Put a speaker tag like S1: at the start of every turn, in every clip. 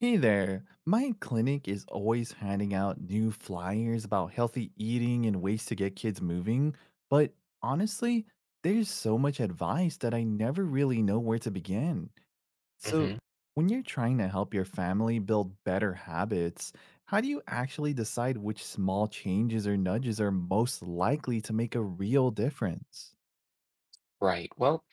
S1: Hey there. My clinic is always handing out new flyers about healthy eating and ways to get kids moving, but honestly, there's so much advice that I never really know where to begin. So,
S2: hmm
S1: when you're trying to help your family build better habits, how do you actually decide which small changes or nudges are most likely to make a real difference?
S2: Right. Well,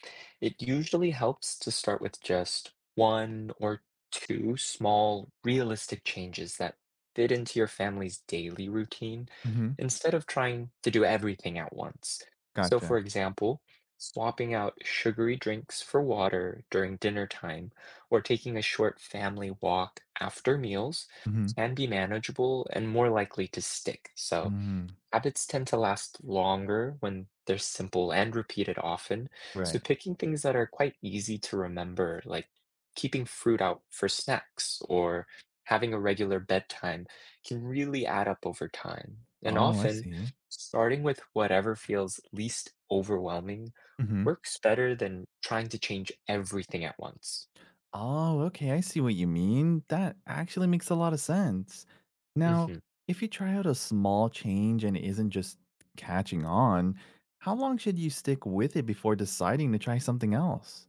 S2: it usually helps to start with just one or two small, realistic changes that fit into your family's daily routine
S1: Mhm.
S2: instead of trying to do everything at once. So,
S1: Gotcha.
S2: for example, swapping out sugary drinks for water during dinner time or taking a short family walk after meals
S1: Mhm.
S2: can be manageable and more likely to stick. So,
S1: Mhm.
S2: habits tend to last longer when they're simple and repeated often, so
S1: Right.
S2: picking things that are quite easy to remember, like keeping fruit out for snacks or having a regular bedtime, can really add up over time. And
S1: Oh, I
S2: often,
S1: see.
S2: starting with whatever feels least overwhelming
S1: Mm-hmm.
S2: works better than trying to change everything at once.
S1: Oh, okay. I see what you mean. That actually makes a lot of sense. Now,
S2: Mhm.
S1: if you try out a small change and it isn't just catching on, how long should you stick with it before deciding to try something else?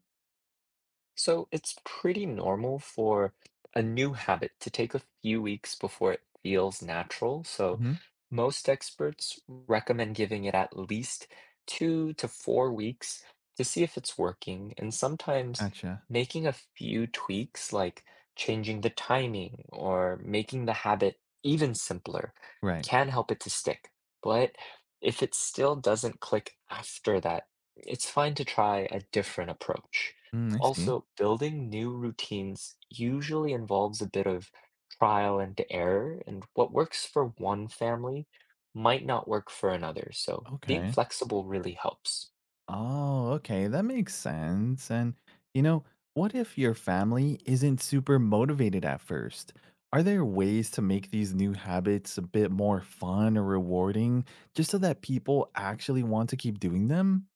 S2: So it's pretty normal for a new habit to take a few weeks before it feels natural. So
S1: Hmm.
S2: most experts recommend giving it at least 2 to 4 weeks to see if it's working. And sometimes
S1: Gotcha.
S2: making a few tweaks, like changing the timing or making the habit even simpler,
S1: Right.
S2: can help it to stick. But if it still doesn't click after that, it's fine to try a different approach.
S1: Mm, I see.
S2: Also, building new routines usually involves a bit of trial and error, and what works for one family might not work for another. So, being
S1: Okay.
S2: flexible really helps.
S1: Oh, okay. That makes sense. And, you know, what if your family isn't super motivated at first? Are there ways to make these new habits a bit more fun or rewarding just so that people actually want to keep doing them?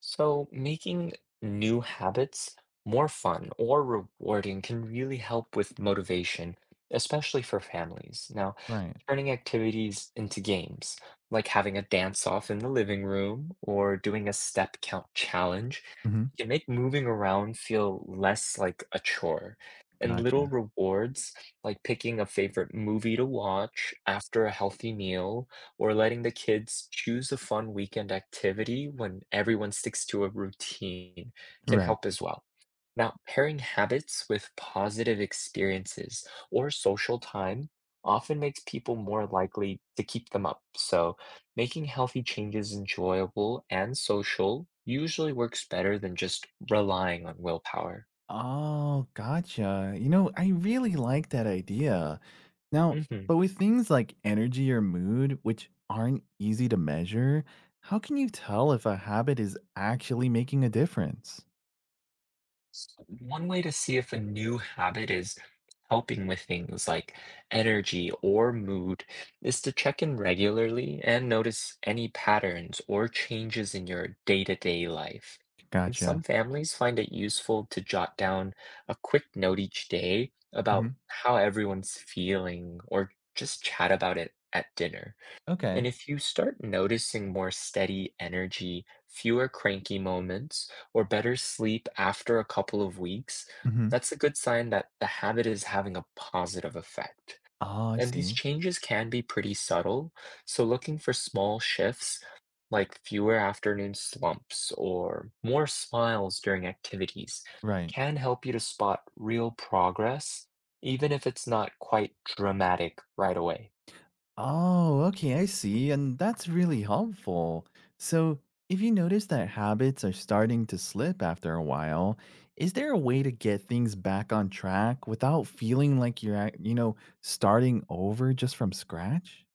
S2: So, making new habits more fun or rewarding can really help with motivation, especially for families. Now,
S1: Right.
S2: Turning activities into games, like having a dance off in the living room or doing a step count challenge,
S1: Hmm.
S2: can make moving around feel less like a chore. And little
S1: Gotcha.
S2: rewards, like picking a favorite movie to watch after a healthy meal, or letting the kids choose a fun weekend activity when everyone sticks to a routine, can
S1: Right.
S2: help as well. Now, pairing habits with positive experiences or social time often makes people more likely to keep them up. So, making healthy changes enjoyable and social usually works better than just relying on willpower.
S1: Oh, gotcha. I really like that idea. Now,
S2: Mhm.
S1: but with things like energy or mood, which aren't easy to measure, how can you tell if a habit is actually making a difference?
S2: One way to see if a new habit is helping with things like energy or mood is to check in regularly and notice any patterns or changes in your day-to-day life. And
S1: Gotcha.
S2: some families find it useful to jot down a quick note each day about
S1: Hmm.
S2: how everyone's feeling or just chat about it at dinner. And
S1: Okay.
S2: if you start noticing more steady energy, fewer cranky moments, or better sleep after a couple of weeks,
S1: Hmm.
S2: that's a good sign that the habit is having a positive effect.
S1: Oh, I
S2: And these
S1: see.
S2: changes can be pretty subtle, so looking for small shifts like fewer afternoon slumps or more smiles during activities
S1: Right.
S2: can help you to spot real progress, even if it's not quite dramatic right away.
S1: Oh, okay, I see. And that's really helpful. So, if you notice that habits are starting to slip after a while, is there a way to get things back on track without feeling like you're, at, you know, starting over just from scratch?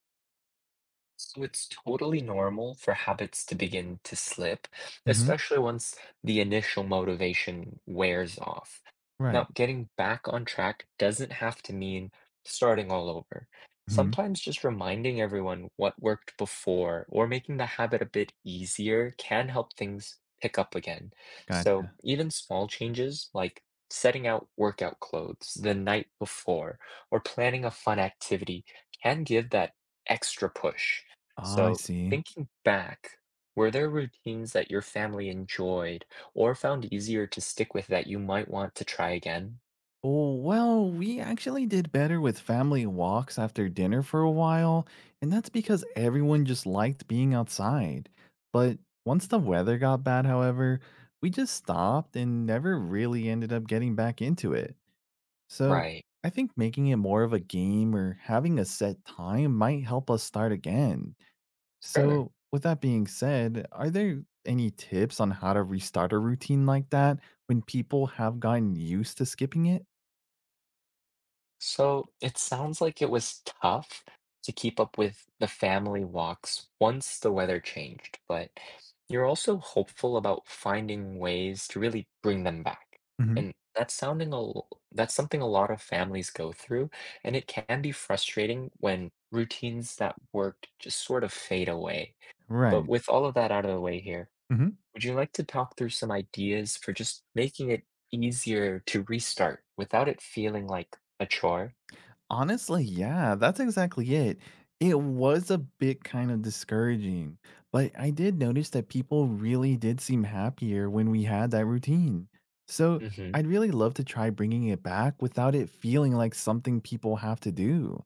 S2: So it's totally normal for habits to begin to slip,
S1: Hmm.
S2: especially once the initial motivation wears off. Now,
S1: Right.
S2: getting back on track doesn't have to mean starting all over.
S1: Hmm.
S2: Sometimes just reminding everyone what worked before or making the habit a bit easier can help things pick up again. So
S1: Gotcha.
S2: even small changes like setting out workout clothes the night before or planning a fun activity can give that extra push.
S1: Ah, I
S2: So,
S1: see.
S2: thinking back, were there routines that your family enjoyed or found easier to stick with that you might want to try again?
S1: Oh, well, we actually did better with family walks after dinner for a while, and that's because everyone just liked being outside. But once the weather got bad, however, we just stopped and never really ended up getting back into it. So
S2: Right.
S1: I think making it more of a game or having a set time might help us start again.
S2: Sure.
S1: So, with that being said, are there any tips on how to restart a routine like that when people have gotten used to skipping it?
S2: So it sounds like it was tough to keep up with the family walks once the weather changed, but you're also hopeful about finding ways to really bring them back.
S1: Mhm.
S2: And that's sounding that's something a lot of families go through, and it can be frustrating when routines that worked just sort of fade away. But
S1: Right.
S2: with all of that out of the way here,
S1: Mhm.
S2: would you like to talk through some ideas for just making it easier to restart without it feeling like a chore?
S1: Honestly, yeah, that's exactly it. It was a bit kind of discouraging, but I did notice that people really did seem happier when we had that routine. So
S2: hmm
S1: I'd really love to try bringing it back without it feeling like something people have to do.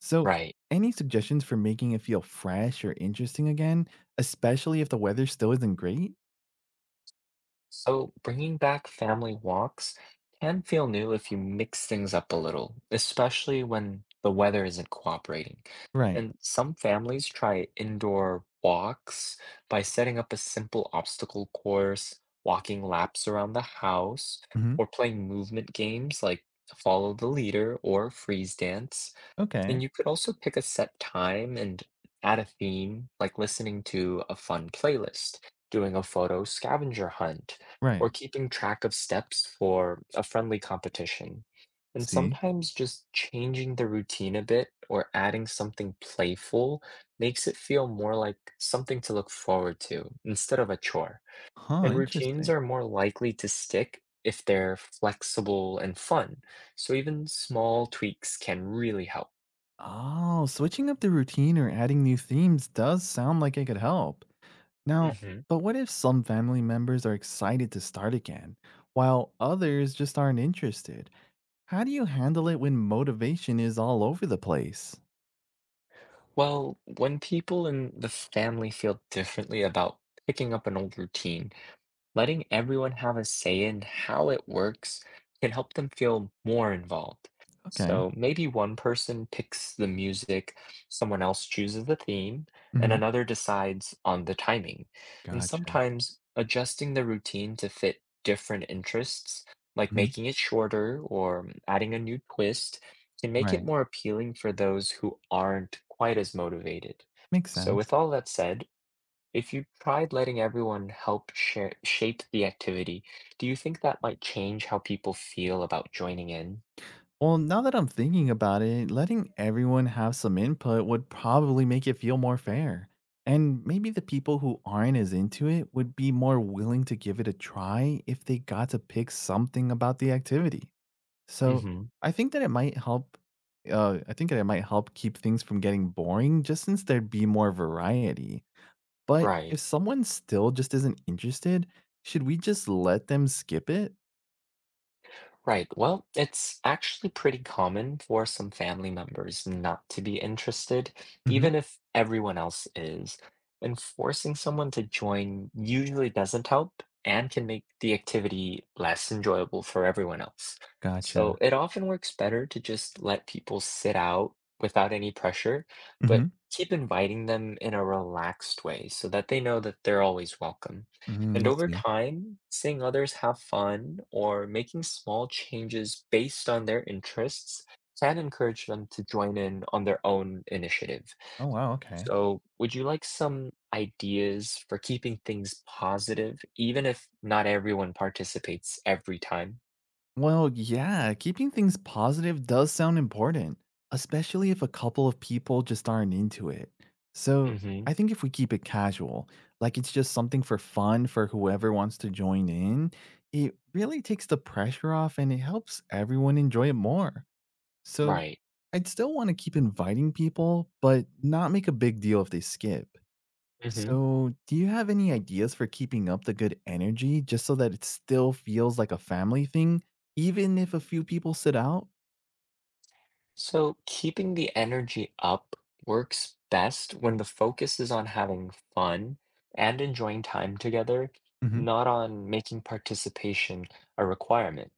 S1: So,
S2: Right.
S1: any suggestions for making it feel fresh or interesting again, especially if the weather still isn't great?
S2: So bringing back family walks can feel new if you mix things up a little, especially when the weather isn't cooperating.
S1: Right.
S2: And some families try indoor walks by setting up a simple obstacle course, walking laps around the house,
S1: Mhm.
S2: or playing movement games like follow the leader or freeze dance.
S1: Okay.
S2: And you could also pick a set time and add a theme, like listening to a fun playlist, doing a photo scavenger hunt,
S1: Right.
S2: or keeping track of steps for a friendly competition. And
S1: See?
S2: sometimes just changing the routine a bit or adding something playful makes it feel more like something to look forward to instead of a chore.
S1: Huh,
S2: And routines
S1: interesting.
S2: are more likely to stick if they're flexible and fun. So even small tweaks can really help.
S1: Oh, switching up the routine or adding new themes does sound like it could help. Now,
S2: Mhm.
S1: but what if some family members are excited to start again, while others just aren't interested? How do you handle it when motivation is all over the place?
S2: Well, when people in the family feel differently about picking up an old routine, letting everyone have a say in how it works can help them feel more involved.
S1: Okay.
S2: So maybe one person picks the music, someone else chooses the theme, and
S1: Hmm.
S2: another decides on the timing. And
S1: Gotcha.
S2: sometimes adjusting the routine to fit different interests, like
S1: Hmm.
S2: making it shorter or adding a new twist, can make it
S1: Right.
S2: more appealing for those who aren't quite as motivated.
S1: Makes
S2: So, with
S1: sense.
S2: all that said, if you tried letting everyone help shape the activity, do you think that might change how people feel about joining in?
S1: Well, now that I'm thinking about it, letting everyone have some input would probably make it feel more fair. And maybe the people who aren't as into it would be more willing to give it a try if they got to pick something about the activity. So
S2: hmm
S1: I think that it might help. I think that it might help keep things from getting boring just since there'd be more variety. But
S2: Right.
S1: if someone still just isn't interested, should we just let them skip it?
S2: Right. Well, it's actually pretty common for some family members not to be interested,
S1: Hmm.
S2: even if everyone else is. And forcing someone to join usually doesn't help and can make the activity less enjoyable for everyone else. So
S1: Gotcha.
S2: it often works better to just let people sit out without any pressure, but
S1: Hmm.
S2: keep inviting them in a relaxed way so that they know that they're always welcome.
S1: Hmm.
S2: And
S1: I
S2: over
S1: see.
S2: time, seeing others have fun or making small changes based on their interests can encourage them to join in on their own initiative.
S1: Oh, wow. Okay.
S2: So, would you like some ideas for keeping things positive, even if not everyone participates every time?
S1: Well, yeah, keeping things positive does sound important, especially if a couple of people just aren't into it. So
S2: hmm
S1: I think if we keep it casual, like it's just something for fun for whoever wants to join in, it really takes the pressure off and it helps everyone enjoy it more. So
S2: Right.
S1: I'd still want to keep inviting people, but not make a big deal if they skip.
S2: hmm
S1: So, do you have any ideas for keeping up the good energy just so that it still feels like a family thing, even if a few people sit out?
S2: So, keeping the energy up works best when the focus is on having fun and enjoying time together,
S1: Hmm.
S2: not on making participation a requirement.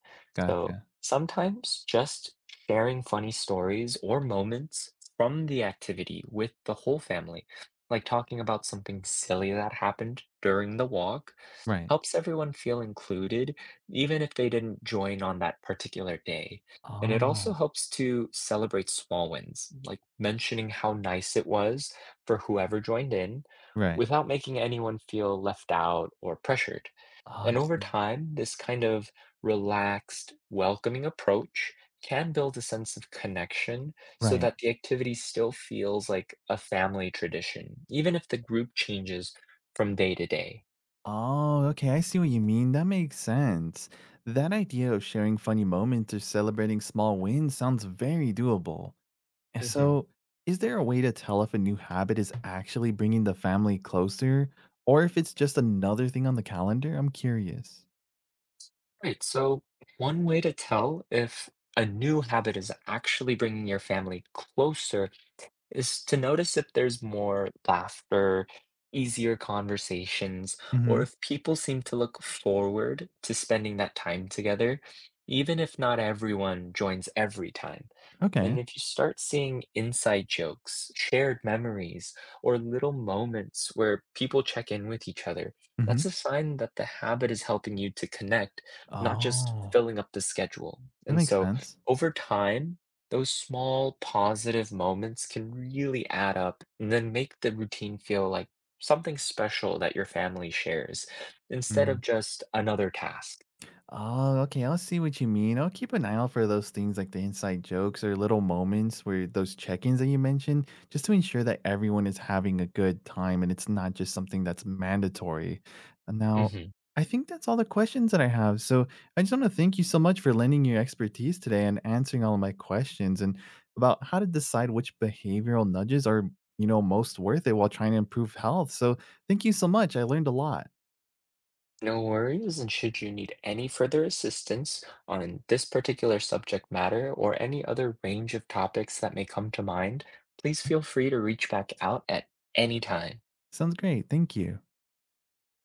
S2: So,
S1: Gotcha.
S2: sometimes just sharing funny stories or moments from the activity with the whole family, like talking about something silly that happened during the walk
S1: Right.
S2: helps everyone feel included, even if they didn't join on that particular day. And it also
S1: Oh,
S2: helps to celebrate small wins, like mentioning how nice it was for whoever joined in
S1: right.
S2: without making anyone feel left out or pressured.
S1: Oh, I
S2: And over
S1: see.
S2: time, this kind of relaxed, welcoming approach can build a sense of connection so
S1: Right.
S2: that the activity still feels like a family tradition, even if the group changes from day to day.
S1: Oh, okay. I see what you mean. That makes sense. That idea of sharing funny moments or celebrating small wins sounds very doable. And
S2: Mhm.
S1: so, is there a way to tell if a new habit is actually bringing the family closer or if it's just another thing on the calendar? I'm curious.
S2: Right. So, one way to tell if a new habit is actually bringing your family closer is to notice if there's more laughter, easier conversations, or
S1: Mhm.
S2: if people seem to look forward to spending that time together, even if not everyone joins every time. And
S1: Okay.
S2: if you start seeing inside jokes, shared memories, or little moments where people check in with each other,
S1: Mhm.
S2: that's a sign that the habit is helping you to connect, not just
S1: Oh,
S2: filling up the schedule.
S1: that
S2: And
S1: makes
S2: so
S1: sense.
S2: over time, those small positive moments can really add up and then make the routine feel like something special that your family shares instead
S1: Mm.
S2: of just another task.
S1: Oh, okay. I'll see what you mean. I'll keep an eye out for those things like the inside jokes or little moments where those check ins that you mentioned, just to ensure that everyone is having a good time and it's not just something that's mandatory. And now,
S2: hmm
S1: I think that's all the questions that I have. So I just want to thank you so much for lending your expertise today and answering all of my questions and about how to decide which behavioral nudges are, most worth it while trying to improve health. So thank you so much. I learned a lot.
S2: No worries, and should you need any further assistance on this particular subject matter or any other range of topics that may come to mind, please feel free to reach back out at any time.
S1: Sounds great. Thank you.